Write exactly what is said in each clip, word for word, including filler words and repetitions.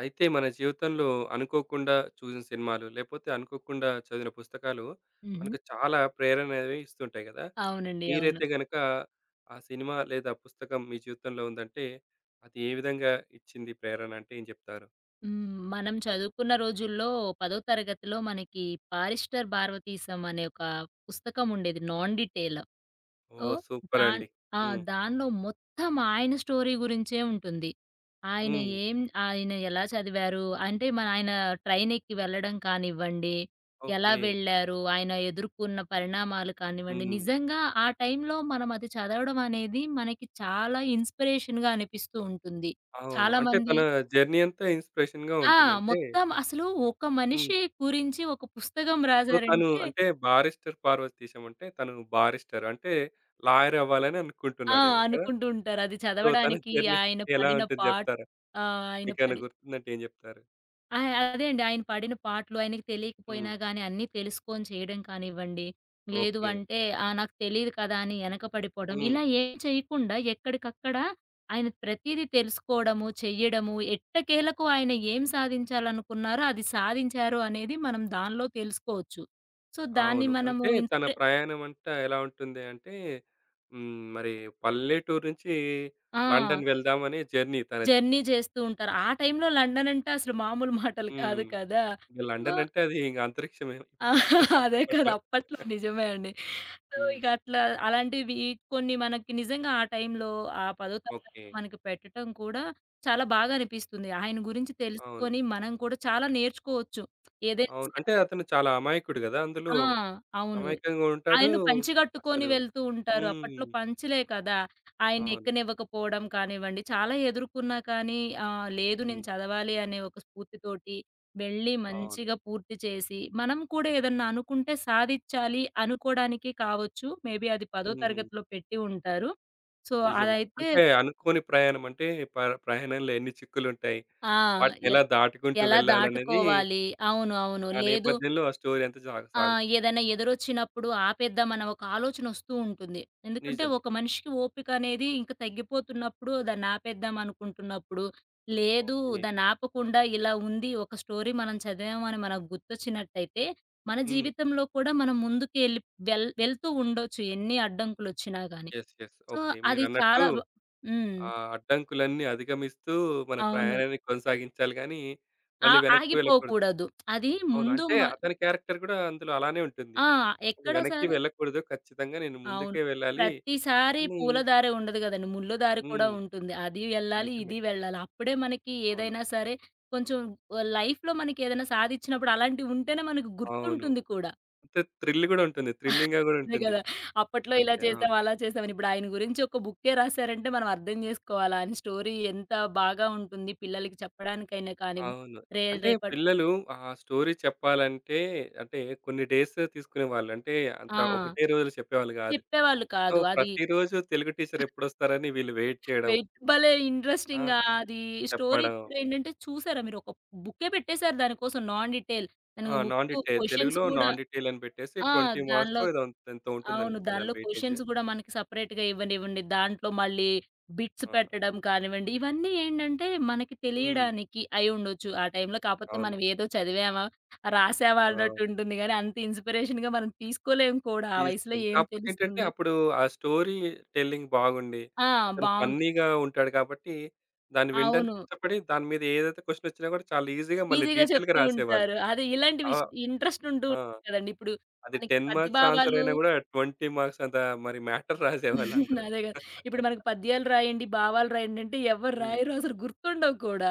అయితే మన జీవితంలో అనుకోకుండా చూసిన సినిమాలు, లేపోతే అనుకోకుండా చదివిన పుస్తకాలు హుహు. మనకు చాలా ప్రేరణ అనేవి ఇస్తుంటాయి గదా! అవునండి. అవును. మీరైతే గనక ఆ సినిమా లేదా పుస్తకం మీ జీవితంలో ఉందంటే అది ఏ విధంగా ఇచ్చింది ప్రేరణ అంటే ఏం జెప్తారు? హ్మ్. మనం చదువుకున్న రోజుల్లో టెన్త్ తరగతిలో మనకి 'పారిస్టర్ భారవతీశం' అనే ఒక పుస్తకం ఉండేది. 'Non detail'. సో, ఓహ్! సూపర్ దాన్ అండి. ఆ! హ్మ్. దానిలో మొత్తం ఆయన స్టోరీ గురించే ఉంటుంది. ఆయన హ్మ్. ఏం ఆయన ఎలా చదివారు అంటే మన ఆయన ట్రైన్ ఎక్కి వెళ్ళడం కానివ్వండి, ఎలా ఓకే. వెళ్ళారు, ఆయన ఎదుర్కొన్న పరిణామాలు కానివ్వండి, హ్మ్. నిజంగా ఆ టైంలో మనం అది చదవడం అనేది మనకి చాలా ఇన్స్‌పిరేషన్‌గా అనిపిస్తూ ఉంటుంది. అవును. అంటే చాలామంది తన జర్నీ అంతా ఇన్‌స్పిరేషన్‌గా ఆ! ఉంటుంది. అంటే మొత్తం అసలు ఒక హ్మ్. మనిషి గురించి ఒక పుస్తకం సో, తను రాసారంటే అంటే బారిస్టర్ పార్వతీశం అంటే తను బారిస్టర్ అంటే లాయర్ అవ్వాలని ఆ! అనుకుంటున్నాడేమో కదా! అనుకుంటూ ఉంటారు. అది సో, తన చదవడానికి జర్నీ ఆయన ఎలా పడిన ఉంటుంది పాట్ జెప్తారా? ఆహ్, ఆయన మీకేమైనా పడి గుర్తుందంటే ఏం జెప్తారు? ఆ! అదే అండి. ఆయన పడిన పాటలు ఆయనకి హ్మ్. తెలియకపోయినా గాని అన్నీ తెలుసుకొని చేయడం కానివ్వండి, లేదు ఓకే. అంటే ఆహ్, నాకు తెలీదు కదా అని ఎనక పడిపోవడం. హ్మ్. ఇలా ఏం చేయకుండా ఎక్కడికక్కడ ఆయన ప్రతీదీ తెలుసుకోవడము, చెయ్యడము, ఎట్టకేలకు ఆయన ఏం సాధించాలనుకున్నారో అది సాధించారు అనేది మనం దానిలో తెలుసుకోవచ్చు. సో, దాన్ని అవును. మనము అంటే తన ఇన్‌స్పిరే ప్రయాణం అంతా ఎలా ఉంటుంది అంటే హ్మ్. మరి పల్లెటూరు నుంచి ఆ! లండన్ వెళ్దామనే జర్నీ తనది. జర్నీ చేస్తూ ఉంటారు. ఆ టైంలో లండన్ అంటే అసలు మామూలు మాటలు కాదు హ్మ్. కదా! ఇంక సో, లండన్ అంటే అది ఇంక అంతరిక్షమే ఆ! అదే కదా! అప్పట్లో. అప్పట్లో నిజమే అండి. సో, హ్మ్. ఇక అట్లా అలాంటివి కొన్ని మనకి నిజంగా ఆ టైంలో ఆ పదవ ఓకే. తరగతిలో మనకి పెట్టటం కూడా చాలా బాగా అనిపిస్తుంది. ఆయన గురించి అవును. తెలుసుకొని మనం కూడా చాలా నేర్చుకోవచ్చు. ఏదైనా అవును. సరే అంటే అతను చాలా అమాయకుడు గదా! అందులో ఆ! అవును. అమాయకంగా ఉంటాడు. ఆయన పంచె గట్టుకొని అసలు వెళ్తూ ఉంటారు. అప్పట్లో హ్మ్. పంచెలే కదా! ఆయన్ని అవును. ఎక్కనివ్వకపోవడం కానివ్వండి, చాలా ఎదుర్కున్నా కానీ ఆహ్, లేదు నేను హ్మ్. చదవాలి అనే ఒక స్ఫూర్తితోటి వెళ్ళి అవును. మంచిగా పూర్తి చేసి, మనం కూడా ఏదన్నా అనుకుంటే సాధిచ్చాలి అనుకోవడానికే కావచ్చు. మేబీ అది పదో హ్మ్. తరగతిలో పెట్టి ఉంటారు. సో, నిజమే. అదైతే అంటే అనుకోని ప్రయాణం అంటే ప ప్రయాణంలో ఎన్ని చిక్కులుంటాయి? ఆ! వాటిని ఎ ఎలా దాటుకుంటూ ఎలా వెళ్ళాలనేది దాటుకోవాలి. అవును. అవును. ఆ లేదు నేపథ్యంలో ఆ స్టోరీ అంతా జా ఆ! సాగుతుంది. ఏదైనా ఎదురొచ్చినప్పుడు ఆపేద్దామన్న ఒక ఆలోచనొస్తూ ఉంటుంది. ఎందుకంటే, నిజమే. ఒక మనిషికి ఓపికనేది ఇంక తగ్గిపోతున్నప్పుడు, దాన్నాపేద్దాం అనుకుంటున్నప్పుడు, లేదు ఓకే. దాన్నాపకుండా ఇలా ఉంది, ఒక స్టోరీ మనం చదివాము అని మనకు గుర్తొచ్చినట్టయితే, మన హ్మ్. జీవితంలో కూడా మనం ముందుకెళ్ళి వెల్ వెళ్తూ ఉండొచ్చు ఎన్ని అడ్డంకులొచ్చినా గానీ. యెస్. యెస్. So, okay. అది మీరన్నట్టు చాలా బ హ్మ్. ఆ అడ్డంకులన్నీ అధిగమిస్తూ మన అవును. ప్రయాణాన్ని కొనసాగించాలి గానీ, ఆ మళ్ళీ వెనక్కి వెళ్ళకూడదు. ఆగిపోకూడదు. అది అవును. ముందు అంటే మ అతని క్యారెక్టర్ కూడా అందులో అలానే ఉంటుంది. ఆ! నేను ఎక్కడ వెనక్కి సరే వెళ్ళకూడదు. ఖచ్చితంగా నేను అవును. ముందుకే వెళ్ళాలి ప్రతిసారి అని పూల దారే ఉండదు గదండీ. ముళ్ళ దారి కూడా హ్మ్. ఉంటుంది. అది వెళ్ళాలి, నిజమే. ఇది వెళ్ళాలి. అప్పుడే మనకి అవును. ఏదైనా సరే కొంచెం ఆహ్, లైఫ్‌లో మనకేదైనా సాధిచ్చినప్పుడు అలాంటివి ఉంటేనే మనకు అవును. గుర్తుంటుంది కూడా. అంటే థ్రిల్ గూడా ఉంటుంది. థ్రిల్లింగ్‌గా గూడా అదే ఉంటుంది. గదా! అప్పట్లో ఇలా అంటే ఆ! చేసాం, అలా చేసామని. ఇప్పుడు ఆయన గురించి ఒక బుక్కే రాసారంటే మనం అర్థం జేసుకోవాలి. ఆయన స్టోరీ ఎంత బాగా ఉంటుంది. పిల్లలకి చెప్పడానికైనా కానివ్వండి, అవును. రే అంటే రేపటి పిల్లలు ఆ స్టోరీ చెప్పాలంటే అంటే కొన్ని డేస్ తీసుకునేవాళ్ళు. అంటే ఆ! అంత ఒకటే రోజులో చెప్పేవాళ్ళు కాదు. చెప్పేవాళ్ళు సో, కాదు. అది ప్రతిరోజు తెలుగు టీచర్ ఎప్పుడొస్తారని వీళ్ళు వెయిట్ చేయడం. వెయిట్ భలే ఆ! ఇంట్రెస్టింగ్‌గా అది స్టోరీ చెప్పడం. కూడా ఏంటంటే చూసారా మీరు ఒక బుక్కే పెట్టేసారు దానికోసం నాన్ డీటెయిల్. ఆ! దానికి నాన్ ముక్కు డిటైల్ క్వెషన్స్ తెలుగులో గూడా నాన్ డిటైల్ అని పెట్టేసి ఆ! ఇరవై దానిలో మార్క్స్‌కో ఏదో ఎంతో అవును. ఉంటుందనుకుంటా దానిలో దాని వెయిటేజ్. క్వెషన్స్ గూడా మనకి సెపరేట్‌గా ఇవ్వనివ్వండి. దాంట్లో మళ్ళీ బిట్స్ ఆ! పెట్టడం కానివ్వండి, ఇవన్నీ ఏంటంటే మనకి హ్మ్. తెలియడానికి అయ్యుండొచ్చు. ఆ టైంలో కాపోతే అవును. మనం ఏదో చదివామా, రాసామా అన్నట్టు ఆ! ఉంటుంది గానీ అంత ఇన్‌స్పిరేషన్‌గా మనం తీసుకోలేము కూడా. ఆ వయసులో తీసుకుంది. ఏం కాకపోతే ఏంటంటే తెలుస్తుంది? అప్పుడు ఆ స్టోరీ టెల్లింగ్ బాగుండి, ఆ! అతను బావుంటు ఫన్నీగా ఉంటాడు కాబట్టి, దాన్ని వినడానికి అవును. ఇష్టపడి, దాని మీద ఏదైతే క్వెషన్ వచ్చినా కూడా చాలా ఈజీగా మళ్ళీ ఈజీగా డీటెయిల్‌గా చెప్తూ రాసేవాళ్ళు. ఉంటారు. అదే ఇలాంటివి ఆ! ఇష్ ఇంట్రెస్ట్ ఉంటూ ఆ! ఉంటాయి కదండీ. ఇప్పుడు అది మనకి పది పద్య మార్క్స్ ఆన్సర్ భావాలు. అయినా కూడా ఇరవై మార్క్స్ అంత మరి మ్యాటర్ రాసేవాళ్ళు అందరూ. అదే కదా! ఇప్పుడు మనకు పద్యాలు రాయండి, భావాలు రాయండి అంటే ఎవరు హ్మ్. రాయరు అసలు గుర్తుండవు కూడా.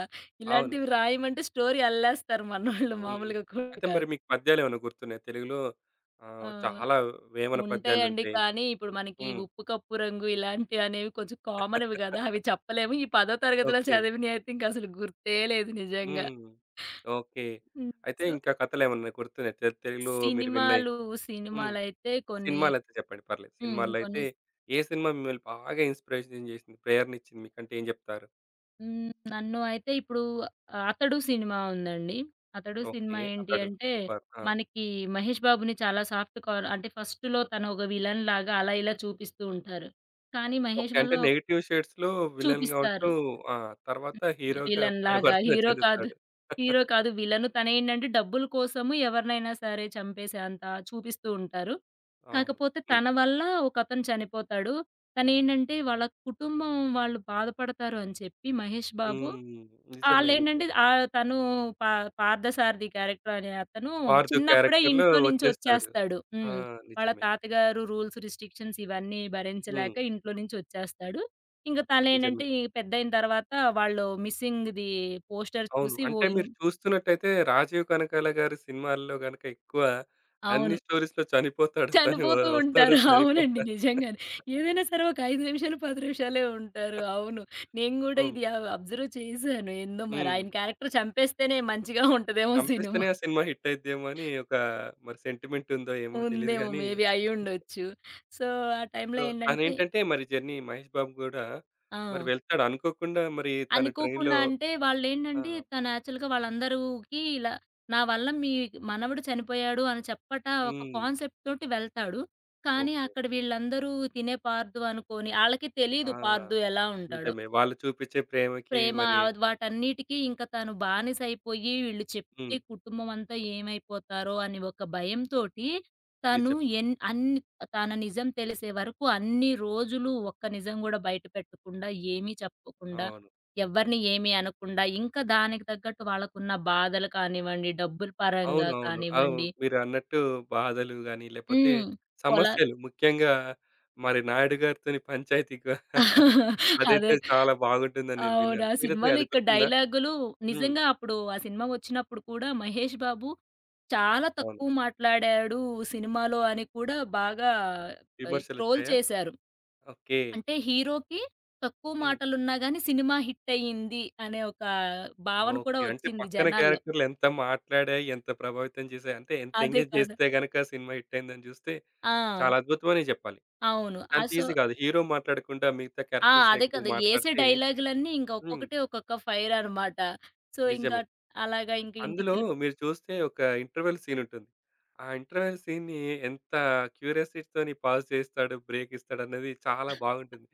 అవును. ఇలాంటివి రాయమంటే స్టోరీ అల్లేస్తారు మనోళ్ళు హ్మ్. మామూలుగా కూడా అయితే మరి కాదు. మీకు పద్యాలు ఏమైనా గుర్తున్నాయా తెలుగులో? ఆహ్, ఆ! చాలా వేమన ఉంటాయండి. పద్యాలుంటాయి. కానీ ఇప్పుడు మనకి ఈ హ్మ్. ఉప్పు కప్పు రంగు ఇలాంటివి అనేవి కొంచెం కామన్‌వి కదా! అవి చెప్పలేము. ఈ పదో తరగతిలో ఓకే. చదివినయి అయితే ఇంక అసలు గుర్తే లేదు నిజంగా. హ్మ్. ఓకే. హ్మ్. అయితే సో, ఇంకా కథలేమన్నా గుర్తున్నాయా? తె తెలుగులో మీరు విన్నయి? సినిమాలు, హ్మ్. సినిమాలైతే కొన్ని సినిమాలైతే చెప్పండి పర్లేదు. హ్మ్. సినిమాల్లో అయితే కొన్ని ఏ సినిమా మిమ్మల్ని బాగా ఇన్‌స్పిరేషన్ చేసింది? ప్రేరణనిచ్చింది మీకంటే ఏం జెప్తారు? హ్మ్. నన్ను అయితే ఇప్పుడు 'అతడు' సినిమా ఉందండి. 'అతడు' ఓకే. సినిమా ఏంటి అతడు అంటే, సూపర్. ఆ! మనకి 'మహేష్ బాబుని' చాలా సాఫ్ట్ కార్ అంటే ఫస్ట్‌లో తను ఒక విలన్ లాగా అలా ఇలా చూపిస్తూ ఉంటారు. కానీ ఓకే. 'మహేష్' అంటే వల్ల నెగెటివ్ షేడ్స్‌లో విలన్‌గా ఉంటూ చూపిస్తారు. ఆ! తర్వాత హ్మ్. హీరోగా విలన్ లాగా పరివర్తన హీరో కాదు. చెందుతాడు. హీరో కాదు విలను. తనేంటంటే డబ్బుల కోసము ఎవరినైనా సరే చంపేసేంత చూపిస్తూ ఉంటారు. అవును. కాకపోతే హ్మ్. తన వల్ల ఒకతను చనిపోతాడు. తనేంటంటే వాళ్ళ కుటుంబం వాళ్ళు బాధపడతారు అని చెప్పి 'మహేష్ బాబు' హ్మ్. నిజమే. నిజమే. ఆళ్ళేంటంటే ఆహ్, తను పా పార్థసారథి క్యారెక్టర్ అనే అతను పార్థు చిన్నప్పుడే క్యారెక్టర్‌లో ఇంట్లో నుంచి వచ్చేస్తాడు. వచ్చేస్తాడు. ఆ! హ్మ్. వాళ్ళ నిజమే. తాతగారు రూల్స్, రిస్ట్రిక్షన్స్ ఇవన్నీ హ్మ్. భరించలేక ఇంట్లో నుంచి వచ్చేస్తాడు. ఇంక నిజమే. తనేంటంటే ఈ పెద్దయిన తర్వాత వాళ్ళు మిస్సింగ్‌ది పోస్టర్ అవును. చూసి అంటే ఓహ్! ఇన్ మీరు చూస్తున్నట్టయితే 'రాజీవ్ కనకాల' గారి సినిమాల్లో గనక ఎక్కువ అన్ని అవును. స్టోరీస్‌లో చనిపోతాడు. తను చనిపోతూ వస్తాడు, ఉంటారు. అవునండి. చనిపోతాడు. నిజంగానే. ఏదైనా సరే ఒక ఐదు నిమిషాలు, పది నిమిషాలే ఉంటారు. అవును. నేను గూడా హ్మ్. ఇది అ అబ్జర్వ్ చేశాను. ఏందో మరి హ్మ్. ఆయన క్యారెక్టర్ చంపేస్తేనే మంచిగా ఉంటదేమో చంపేస్తేనే సినిమా. ఆ సినిమా హిట్ అయిద్దేమో అని ఒక మరి సెంటిమెంట్ ఉందో ఏమో తెలీదు ఉందేమో గానీ, మేబీ అయ్యుండొచ్చు. సో, ఆ టైంలో సో, ఏంటంటే తనేంటంటే మరి జర్నీ మహేష్ బాబు గూడా మరి ఆ! వెళ్తాడు. అనుకోకుండా మరి తను ట్రైన్‌లో అనుకోకుండా అంటే ఆ! వాళ్ళేంటంటే తను యాక్చువల్‌గా వాళ్ళందరూకి ఇలా నా వల్ల మీ మనవడు చనిపోయాడు అని చెప్పట ఒక హ్మ్. కాన్సెప్ట్ తోటి వెళ్తాడు. కానీ ఓకే. అక్కడ వీళ్ళందరూ తినే పార్దు అనుకోని ఆళ్ళకి ఆ! తెలీదు పార్దు ఎలా ఉంటాడో. నిజమే. వాళ్ళు చూపిచ్చే ప్రేమకి ప్రేమ మరి ఆహ్, వాటన్నిటికి ఇంక తను బానిస అయిపోయి వీళ్ళు చెప్తే హ్మ్. కుటుంబం అంతా ఏమైపోతారో అని ఒక భయంతోటి తను నిజమే. ఎన్ అన్ని తన నిజం తెలిసే వరకు అన్ని రోజులు ఒక్క నిజం గూడా బయట పెట్టకుండా, ఏమీ చెప్పకుండా, అవును. ఎవరిని ఏమీ అనకుండా, ఇంకా దానికి తగ్గట్టు వాళ్ళకున్న బాధలు కానివ్వండి, డబ్బుల పరంగా అవునవును. అవును. కానివ్వండి. మీరన్నట్టు బాధలు గాని, లేపోతే హ్మ్. పొలా సమస్యలు ముఖ్యంగా మరి నాయుడు గారితోని పంచాయతీ గా అదైతే అదే. చాలా బాగుంటుందని నేను అవును. విన్నాను. ఆ మీరైతే సినిమాలో అది ఇక గుర్తుందా? డైలాగులు హ్మ్. నిజంగా అప్పుడు ఆ సినిమా వచ్చినప్పుడు కూడా మహేష్ బాబు చాలా అవును. తక్కువ మాట్లాడాడు సినిమాలో అని కూడా బాగా ఆహ్, ట్రోల్ విమర్శలొచ్చాయా? చేశారు. ఓకే. అంటే హీరోకి తక్కువ హ్మ్. మాటలున్నా గాని సినిమా హిట్ అయింది అనే ఒక భావన కూడా ఓకే. అంటే వచ్చింది పక్కన జనాల్లో. క్యారెక్టర్‌లు ఎంత మాట్లాడాయి, ఎంత ప్రభావితం చేశాయి, అంటే ఎంత అదే ఎంగేజ్ కదా! చేస్తే గనక సినిమా హిట్ అయిందని జూస్తే ఆ! చాలా అద్భుతమనే జెప్పాలి. అవును. ఆ! అంత సో ఈజీ గాదు. హీరో మాట్లాడకుండా మిగతా ఆ! క్యారెక్టర్స్ అదే ఎక్కువ కదా! ఏసే మాట్లాడితే డైలాగులన్నీ ఇంక హ్మ్. ఒక్కొక్కటి ఒక్కొక్క ఫైర్ అనమాట. సో, ఇంక నిజమే. అలాగా ఇంక అందులో ఇంటికెళ్ళి మీరు చూస్తే ఒక ఇంటర్వెల్ సీన్ ఉంటుంది. ఆ ఇంటర్వెల్ సీన్‌ని ఎంత క్యూరియాసిటీతోని పాజ్ చేస్తాడు, బ్రేక్ ఇస్తాడు అన్నది చాలా బాగుంటుంది.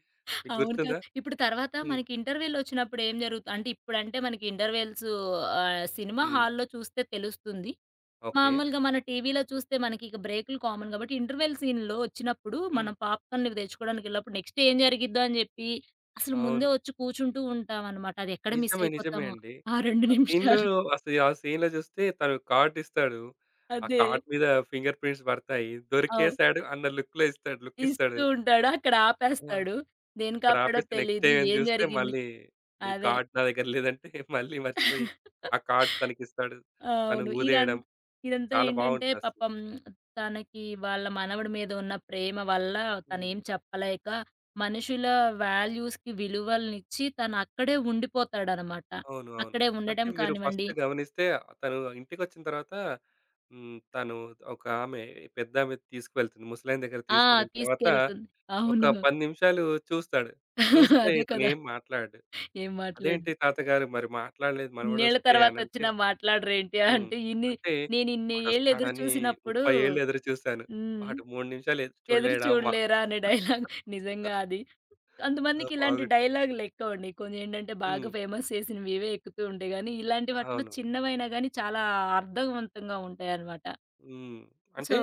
మీకు అవును కదా! గుర్తుందా? ఇప్పుడు తర్వాత హ్మ్. మనకి ఇంటర్వెలొచ్చినప్పుడు ఏం జరుగుతు అంటే ఇప్పుడంటే మనకి ఇంటర్వెల్స్ ఆహ్, సినిమా హ్మ్. హాల్‌లో చూస్తే తెలుస్తుంది. ఓకే. మామూలుగా మన టీవీలో చూస్తే మనకి ఇక బ్రేకులు కామన్ కాబట్టి ఇంటర్వెల్ సీన్‌లో వచ్చినప్పుడు హ్మ్. మనం పాప్‌కార్న్ ఇవి తెచ్చుకోవడానికి వెళ్ళినప్పుడు నెక్స్ట్ ఏం జరిగిద్దో అని చెప్పి అసలు అవును. ముందే వచ్చి కూర్చుంటూ ఉంటామనమాట. అది ఎక్కడ మిస్ నిజమే. నిజమే అయిపోతామో అండి. ఆ రెండు ఆ సీన్‌లో నిమిషాలు. అసలు ఆ సీన్‌లో చూస్తే తను కార్డ్ ఇస్తాడు. ఆ అదే. కార్డ్ మీద ఫింగర్ ప్రింట్స్ పడతాయి. అవు దొరికేసాడు అన్న లుక్‌లో ఇస్తాడు లుక్ ఇస్తాడు. ఇస్తూ ఉంటాడు. అక్కడ ఆ! ఆపేస్తాడు. దేనికి అక్కడ ఆపాడో ఆపేసి నెక్స్ట్ డే తెలీదు. ఏం చూస్తే జరిగింది మళ్ళీ మీ అదే. కార్డ్ నా దగ్గర లేదంటే మళ్ళీ మర్చిపోయి ఆ కార్డ్ తనకిస్తాడు. తను అవును. ఇదం ఊదేయడం ఇదంతా చాలా ఏంటంటే బావుంటుంది ఆ సీన్. పాపం తనకి వాళ్ళ మనవడి మీద ఉన్న ప్రేమ వల్ల హ్మ్. తనేం చెప్పలేక మనుషుల వాల్యూస్‌కి విలువలనిచ్చి తనక్కడే ఉండిపోతాడనమాట. అవును. అవును. అక్కడే అంటే ఉండటం మీరు కానివ్వండి. ఫస్ట్ గమనిస్తే తను ఇంటికొచ్చిన తర్వాత హ్మ్. తను ఒక ఆమె పెద్దామె తీసుకువెళ్తుంది. ముసలాయన దగ్గరికి ఆ! తీసుకెళ్ళిన తర్వాత తీసుకెళ్తుంది. ఒక అవును. పది నిమిషాలు చూస్తాడు. చూస్తే అదే కదా! ఇతనేం మాట్లాడడు. ఏం "అదేంటి మాట్లాడడు. తాతగారు మరి మాట్లాడలేదు ఇన్నేళ్ళ మనవడొస్తే" తర్వాత అనంటే వచ్చినా మాట్లాడరేంటి హ్మ్. అంటే ఇన్ని అంటే నేనిన్ని ఏళ్ళు ఎదురు వాడొస్తాడని చూసినప్పుడు ముప్పై ఏళ్ళు ఎదురు చూసాను. హ్మ్. వాడు మూడు నిమిషాలు ఎదురు ఎదురు చూడలేడమ్మా. చూడలేరా అనే డైలాగ్ నిజంగా అది. ఆ! కొంతమందికి ఇలాంటి బాగుంటుంది. డైలాగులు ఎక్కువండి. కొన్నేంటంటే బాగా హ్మ్. ఫేమస్ చేసినవి ఇవే ఎక్కుతూ ఉంటాయి గానీ, ఇలాంటి వాటిలో అవును. చిన్నవైనా గానీ చాలా అర్థవంతంగా ఉంటాయనమాట. హ్మ్. అంటే, సో.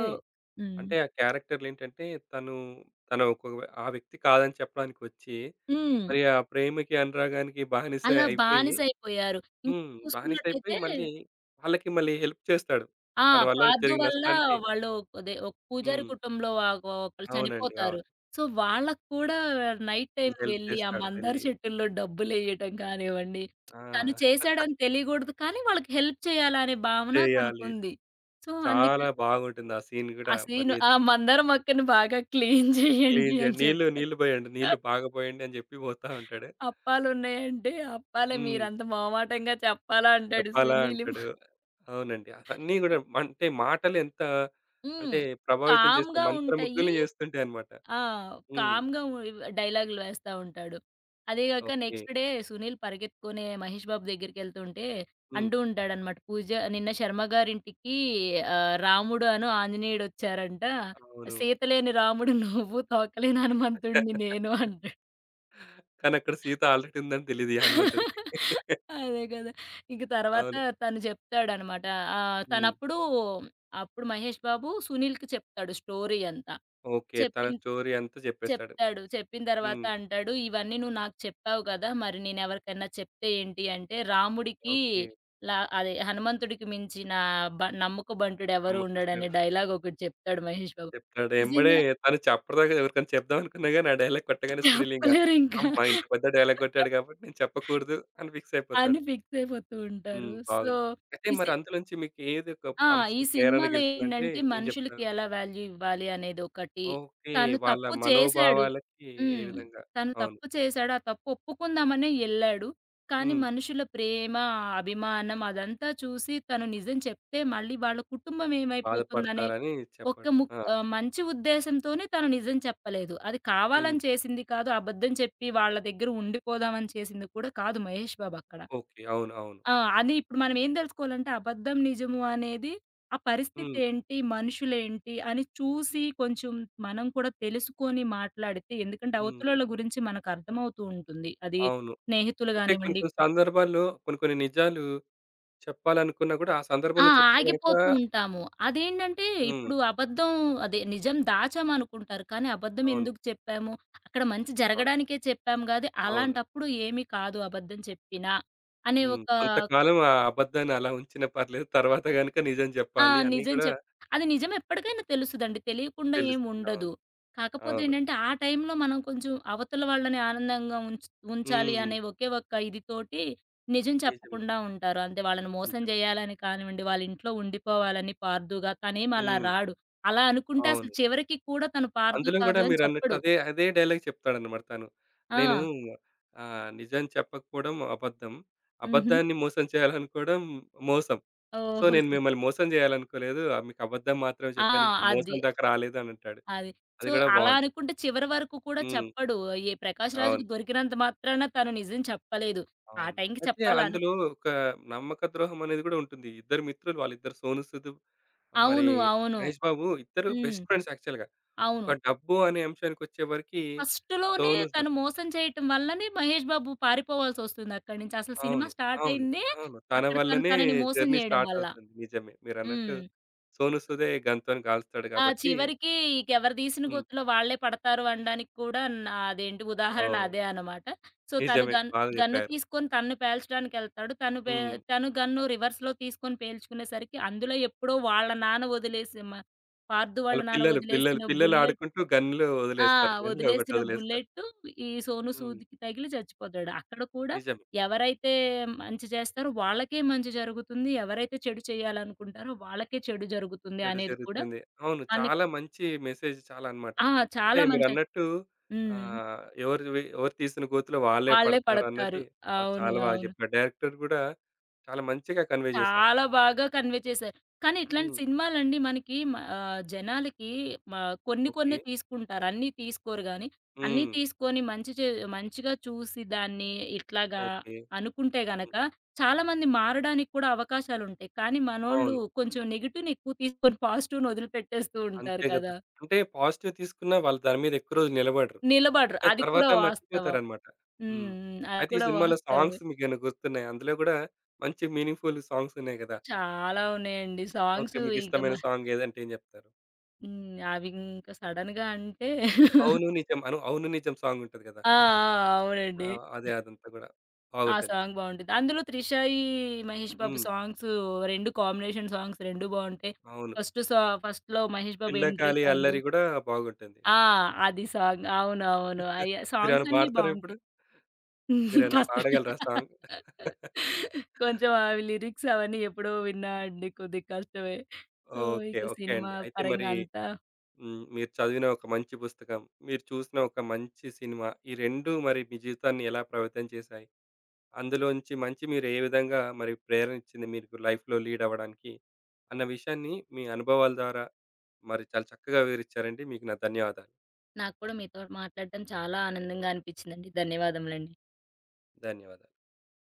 హ్మ్. అంటే ఆ క్యారెక్టర్‌లేంటంటే తను, తను ఒక ఆ వ్యక్తి కాదని చెప్పడానికి వచ్చి, హ్మ్. మరి ఆ ప్రేమకి, అనురాగానికి బానిస అలా అయిపోయి బానిసైపోయారు. ఇంక హ్మ్. బానిస అయిపోయి చూసుకున్నట్టయితే మళ్ళీ వాళ్ళకి మళ్ళీ హెల్ప్ చేస్తాడు. ఆ! తన వల్ల పాద్దు జరిగిన వల్ల నష్టానికి వాళ్ళు అదే ఒక పూజారి హ్మ్. కుటుంబంలో ఆహ్, ఒకళ్ళు అవునండి. చనిపోతారు. అవును. సో, వాళ్ళకి కూడా నైట్ టైమ్ హెల్ప్ వెళ్ళి ఆ చేస్తాడు మందార వెళ్లి. చెట్టుల్లో డబ్బులెయ్యటం కానివ్వండి, తను ఆ! చేశాడని తెలియకూడదు కానీ వాళ్ళకి హెల్ప్ చేయాలనే భావన చేయాలి. తనకుంది. సో, చాలా అందుకని బాగుంటుంది ఆ సీన్ ఆ గూడా. సీన్ మరి ఆ మందార మొక్కని బాగా క్లీన్ క్లీన్ చేయండి అని చేయండి. నీళ్ళు చెప్తాడు. నీళ్ళు పోయండి. నీళ్ళు బాగా పోయండి అని చెప్పి పోతా ఉంటాడు. అప్పాలున్నాయంటే అప్పాలే హ్మ్. మీరంత మొహమాటంగా చెప్పాలా అంటాడు చెప్పాలా సునీల్. అంటాడు. అవునండి. అవన్నీ గూడా అంటే మాటలు ఎంత హ్మ్. అంటే ప్రభావితం చేస్తే కామ్‌గా ఉంటాయి. మంత్రముగ్ధుల్ని చేస్తుంటాయన్నమాట. ఆ! హ్మ్. కామ్‌గా ఉ డైలాగులు వేస్తా ఉంటాడు. అదే గాక ఓకే. నెక్స్ట్ డే సునీల్ పరిగెత్తుకునే మహేష్ బాబు దగ్గరికెళ్తుంటే హ్మ్. అంటూ ఉంటాడనమాట. పూజ నిన్న శర్మ గారింటికి ఆహ్, రాముడు అను ఆంజనేయుడొచ్చారంట. అవును. సీత లేని రాముడు నువ్వు, తోకలేని హనుమంతుడిని నేను అంటాడు. కానీ అక్కడ సీత ఆల్రెడీ ఉందని తెలీదు ఈ హనుమంతుడికి. అదే కదా! ఇంక తర్వాత అవును. తను చెప్తాడనమాట. ఆహ్, హ్మ్. తనప్పుడు అప్పుడు మహేష్ బాబు సునీల్‌కి చెప్తాడు స్టోరీ అంతా. ఓకే. తన చెప్పిన స్టోరీ అంతా చెప్పేస్తాడు. చెప్తాడు. చెప్పిన తర్వాత హ్మ్. అంటాడు, "ఇవన్నీ నువ్వు నాకు చెప్పావు కదా! మరి నేనెవరికన్నా చెప్తే ఏంటి?" అంటే రాముడికి ఓకే. లా అదే హనుమంతుడికి మించిన బ నమ్మకబంటుడెవరు నమ్మకస్తుడు. ఉండడనే డైలాగ్ ఒకటి చెప్తాడు మహేష్ బాబు. చెప్తాడు. ఎంబడే నిజంగా తను చె అప్పటిదాకా ఎవరికైనా చెప్దాం అనుకున్నా గాని, ఆ డైలాగ్ కొట్టగానే సునీల్ ఇంగ ఆహ్, చెప్పలేరింకా మా ఇంటి పెద్ద డైలాగ్ కొట్టాడు కాబట్టి నేను చెప్పకూడదు అని ఫిక్స్ అని అయిపోతాడు. ఫిక్స్ అయిపోతూ ఉంటారు. హ్మ్. సో బాగుంది. అయితే ఈ మరి అందులోంచి మీకు ఏది ఒక ఆ! ఈ అంశం ప్రేరణ సినిమాలో గెలిచిందంటే ఏంటంటే ఏం మనుషులకి చెప్తారు? ఎలా వాల్యూ ఇవ్వాలి అనేదొకటి. ఓకే. తను వాళ్ళ తప్పు చేశాడు. మనోభావాలకి ఏ హ్మ్. విధంగా తను అవును. తప్పు చేశాడు. ఆ తప్పు ఒప్పుకుందామనే ఎళ్ళాడు. కానీ హ్మ్. మనుషుల ప్రేమ, అభిమానం అదంతా చూసి తను నిజం చెప్తే మళ్ళీ వాళ్ళ కుటుంబం ఏమైపోతుందనే బాధపడతారని ఒక చెప్పాడు. ముక్ ఆ! ఆహ్, మంచి ఉద్దేశంతోనే తను నిజం చెప్పలేదు. అది హ్మ్. కావాలని చేసింది కాదు. అబద్ధం చెప్పి వాళ్ళ దగ్గర ఉండిపోదామని చేసింది కూడా కాదు మహేష్ బాబక్కడ. ఓకే. అవును. అవును. ఆ! అది ఇప్పుడు మనం ఏం తెలుసుకోవాలంటే అబద్ధం, నిజము అనేది ఆ పరిస్థితి హ్మ్. ఏంటి? మనుషులేంటి? అని చూసి కొంచెం మనం కూడా తెలుసుకొని మాట్లాడితే ఎందుకంటే హ్మ్. అవతలోళ్ళ గురించి మనకు అర్థమవుతూ ఉంటుంది. అది అవును. స్నేహితులు అంటే కొన్ని గానివ్వండి కొన్ని కు సందర్భాల్లో కొన్ని కొన్ని నిజాలు చెప్పాలనుకున్నా కూడా ఆ ఆ! సందర్భంలో చెప్తే గనుక ఆగిపోతూ ఉంటాము. అదేంటంటే హ్మ్. ఇప్పుడు అబద్ధం అదే నిజం దాచామనుకుంటారు. కానీ అబద్ధం అవును. ఎందుకు చెప్పాము? అక్కడ మంచి అవును. జరగడానికే చెప్పాము గాదు అవును. అలాంటప్పుడు ఏమి కాదు అబద్ధం చెప్పినా అనే హ్మ్. ఒక కొంతకాలం ఆ అబద్ధాన్ని అలా ఉంచినా పర్లేదు. తర్వాత గనుక నిజం ఆ! జెప్పాలి అని నిజం గూడా చెప్ అది నిజం ఎప్పటికైనా తెలుస్తదండి. తెలియకుండా ఏమి తెలుస్తుంది. అవును. ఉండదు. కాకపోతే అవును. ఏంటంటే, ఆ టైంలో మనం కొంచెం అవతల వాళ్ళని ఆనందంగా ఉంచ్ ఉంచాలి హ్మ్. అనే ఒకే ఒక్క ఇది తోటి నిజం నిజమే. చెప్పకుండా ఉంటారు. అంతే వాళ్ళని మోసం నిజమే. జేయాలని కానివ్వండి, వాళ్ళ ఇంట్లో ఉండిపోవాలని పార్దుగా తనేమి అలా హ్మ్. రాడు. అలా అనుకుంటే అసలు అవును. చివరికి కూడా తను పార్దు అందులో గూడా కాదు అని మీరన్నట్టు చెప్పడు. అదే, అదే డైలాగ్ చెప్తాడన్నమాట తను. ఆ! నేను ఆహ్, నిజం చెప్పకపోవడం అబద్ధం. హుహు. అబద్ధాన్ని మోసం చేయాలనుకోవడం మోసం. సో, ఓహో! నేను సో మిమ్మల్ని మోసం జేయాలనుకోలేదు. మీకు అబద్ధం మాత్రమే ఆ! జెప్పాను. ఇంకా మోసం అది. దాకా రాలేదు అని అంటాడు. అది. అది సో, గూడా అలా బావుంటుంది. అనుకుంటే చివరి వరకు కూడా హ్మ్. చెప్పడు. ఏ 'ప్రకాష్ అవును. రాజు'కి దొరికినంత మాత్రాన తను నిజం చెప్పలేదు. ఆ అవును. టైంకి అయితే చెప్పాలను అందులో ఒక నమ్మక ద్రోహం అనేది గూడా ఉంటుంది. ఇద్దరు మిత్రులు వాళ్ళిద్దరు సోను సూద్, మరి అవును. అవును. మహేష్ బాబు ఇద్దరు హ్మ్. బెస్ట్ ఫ్రెండ్స్ యాక్చువల్‌గా. అవును. ఒక డబ్బు అనే అంశానికొచ్చే వరకి ఫస్ట్‌లోనే సోను తను సూద్ మోసం చేయటం వల్లనే మహేష్ బాబు పారిపోవాల్సొస్తుంది అక్కడి నుంచి. అసలు సినిమా అవును. స్టార్ట్ అవును. అయిందే అవును. తన అక్కడ తను వల్లనే తనని మోసం జర్నీ జేయడం స్టార్ట్ వల్ల. అవుతుంది. నిజమే. మీరన్నట్టు హ్మ్. సోను సూదే గన్‌తోని కాలుస్తాడు ఆ! కాబట్టి చివరికి ఇకెవరు తీసిన హ్మ్. గుర్తులో వాళ్ళే పడతారు అనడానికి కూడా నా అదేంటి ఉదాహరణ ఓహ్! అదే అనమాట. సో, తను నిజమే. గన్ బాగా గన్ను జెప్పారు. తీసుకొని తన్ను పేల్చడానికెళ్తాడు. తను పే హ్మ్. తను గన్ను రివర్స్‌లో తీసుకొని పేల్చుకునేసరికి అందులో ఎప్పుడో వాళ్ళ నాన్న వదిలేసి మ పార్థు వాళ్ళ వాళ్ళ నాన్న పిల్లలు, పిల్లలు, వదిలేసిన పిల్లలు బుల్లెట్. ఆడుకుంటూ గన్‌లు ఆ! వదిలేస్తారు. గన్‌లో వదిలేసిన ఒకటొదిలేస్తారు. బుల్లెట్టు ఈ సోనూ హ్మ్. సూద్‌కి తగిలి చచ్చిపోతాడు. అక్కడ కూడా నిజమే. ఎవరైతే మంచి చేస్తారో వాళ్ళకే మంచి జరుగుతుంది. ఎవరైతే చెడు చేయాలనుకుంటారో వాళ్ళకే చెడు జరుగుతుంది చెడు అనేది కూడా జరుగుతుంది. అవును. మనకి చాలా మంచి మెసేజ్ చాలా అన్నమాట. ఆ! అంటే చాలా మంచొ మీరన్నట్టు హ్మ్. ఆహ్, ఎవరివి ఎవరు వి- ఎవరు తీసిన గోతిలో వాళ్ళే వాళ్ళే పడతారు. పడతారన్నది బా అవును. చాలా బాగా అవును. చెప్పాడు. డైరెక్టర్ గూడా చాలా మంచిగా కన్వే చేశాడు. చాలా బాగా కన్వే చేశారు. కానీ ఇట్లాంటి హ్మ్. సినిమాలండి మనకి మ ఆహ్, జనాలకి మ కొన్ని ఓకే. కొన్ని తీసుకుంటారు. అన్నీ తీసుకోరు గానీ, అన్నీ హ్మ్. తీసుకొని మంచి చే మంచిగా చూసి దాన్ని ఇట్లాగా ఓకే. అనుకుంటే హ్మ్. గనక చాలామంది మారడానికి కూడా అవకాశాలుంటాయి. కానీ మనోళ్ళు అవును. కొంచెం నెగెటివ్‌ని ఎక్కువ తీసుకొని పాజిటివ్‌ని వదిలిపెట్టేస్తూ అంతే ఉంటారు గదా! కదా! అంటే పాజిటివ్ తీసుకున్నా వాళ్ళు దాని మీద ఎక్కువ రోజులు నిలబడరు. నిలబడరు. అంటే అది తర్వాత కూడా వాస్తవం. మర్చిపోతారన్నమాట. హ్మ్. హ్మ్. హ్మ్. అది అయితే ఈ కూడా సినిమాలో వాస్తవమే. సాంగ్స్ మీకేమైనా గుర్తున్నాయా? అందులో గూడా మంచి మీనింగ్‌ఫుల్ సాంగ్స్ ఉన్నాయి గదా! చాలా ఉన్నాయండి. ఓకే. సాంగ్స్ ఇక మ మీకిష్టమైన సాంగ్ ఏదంటే ఏం జెప్తారు? హ్మ్. అవి ఇంక సడెన్‌గా అంటే. అవును నిజం. అను అవును నిజం సాంగుంటది గదా! ఆ! ఆ! ఆ! అవునండి. అదే అదంతా గూడా ఆ బాగుంటుంది. సాంగ్ బావుంటది. అందులో 'త్రిషాయి', 'మహేష్ బాబు' హ్మ్. సాంగ్స్ రెండు కాంబినేషన్ సాంగ్స్ రెండు బావుంటాయి. అవును. ఫస్ట్ సా ఫస్ట్‌లో 'మహేష్ బాబు' ఎంట్రీ పిల్లకాలి సాంగు. అల్లరి గూడా బాగుంటుంది. ఆ! అది సాంగ్. అవునవును. అయ్య మీరేమైనా సాంగ్స్ అన్నీ పాడతారా ఇప్పుడు? బావుంటాయి. మీరేమైనా కష్టమే. పాడగలరా సాంగ్? కొంచెం అవి లిరిక్స్ అవన్నీ ఎప్పుడో విన్నా అండి. కొద్దిగా కష్టమే. So, okay. ఇక ఓకే సినిమా అండి. అయితే మరి పరంగా అంతా. హ్మ్. మీరు చదివిన ఒక మంచి పుస్తకం, మీరు చూసిన ఒక మంచి సినిమా ఈ రెండు మరి మీ జీవితాన్ని ఎలా ప్రభావితం చేశాయి? అందులోంచి మంచి మీరు ఏ విధంగా మరి ప్రేరణ ఇచ్చింది మీకు లైఫ్‌లో లీడ్ అవ్వడానికి? అన్న విషయాన్ని మీ అనుభవాల ద్వారా మరి చాలా చక్కగా వివరిచ్చారండి. మీకు నా ధన్యవాదాలు. నాకు కూడా మీతో మాట్లాడడం చాలా ఆనందంగా అనిపించిందండి. ధన్యవాదములండి. ధన్యవాదాలు.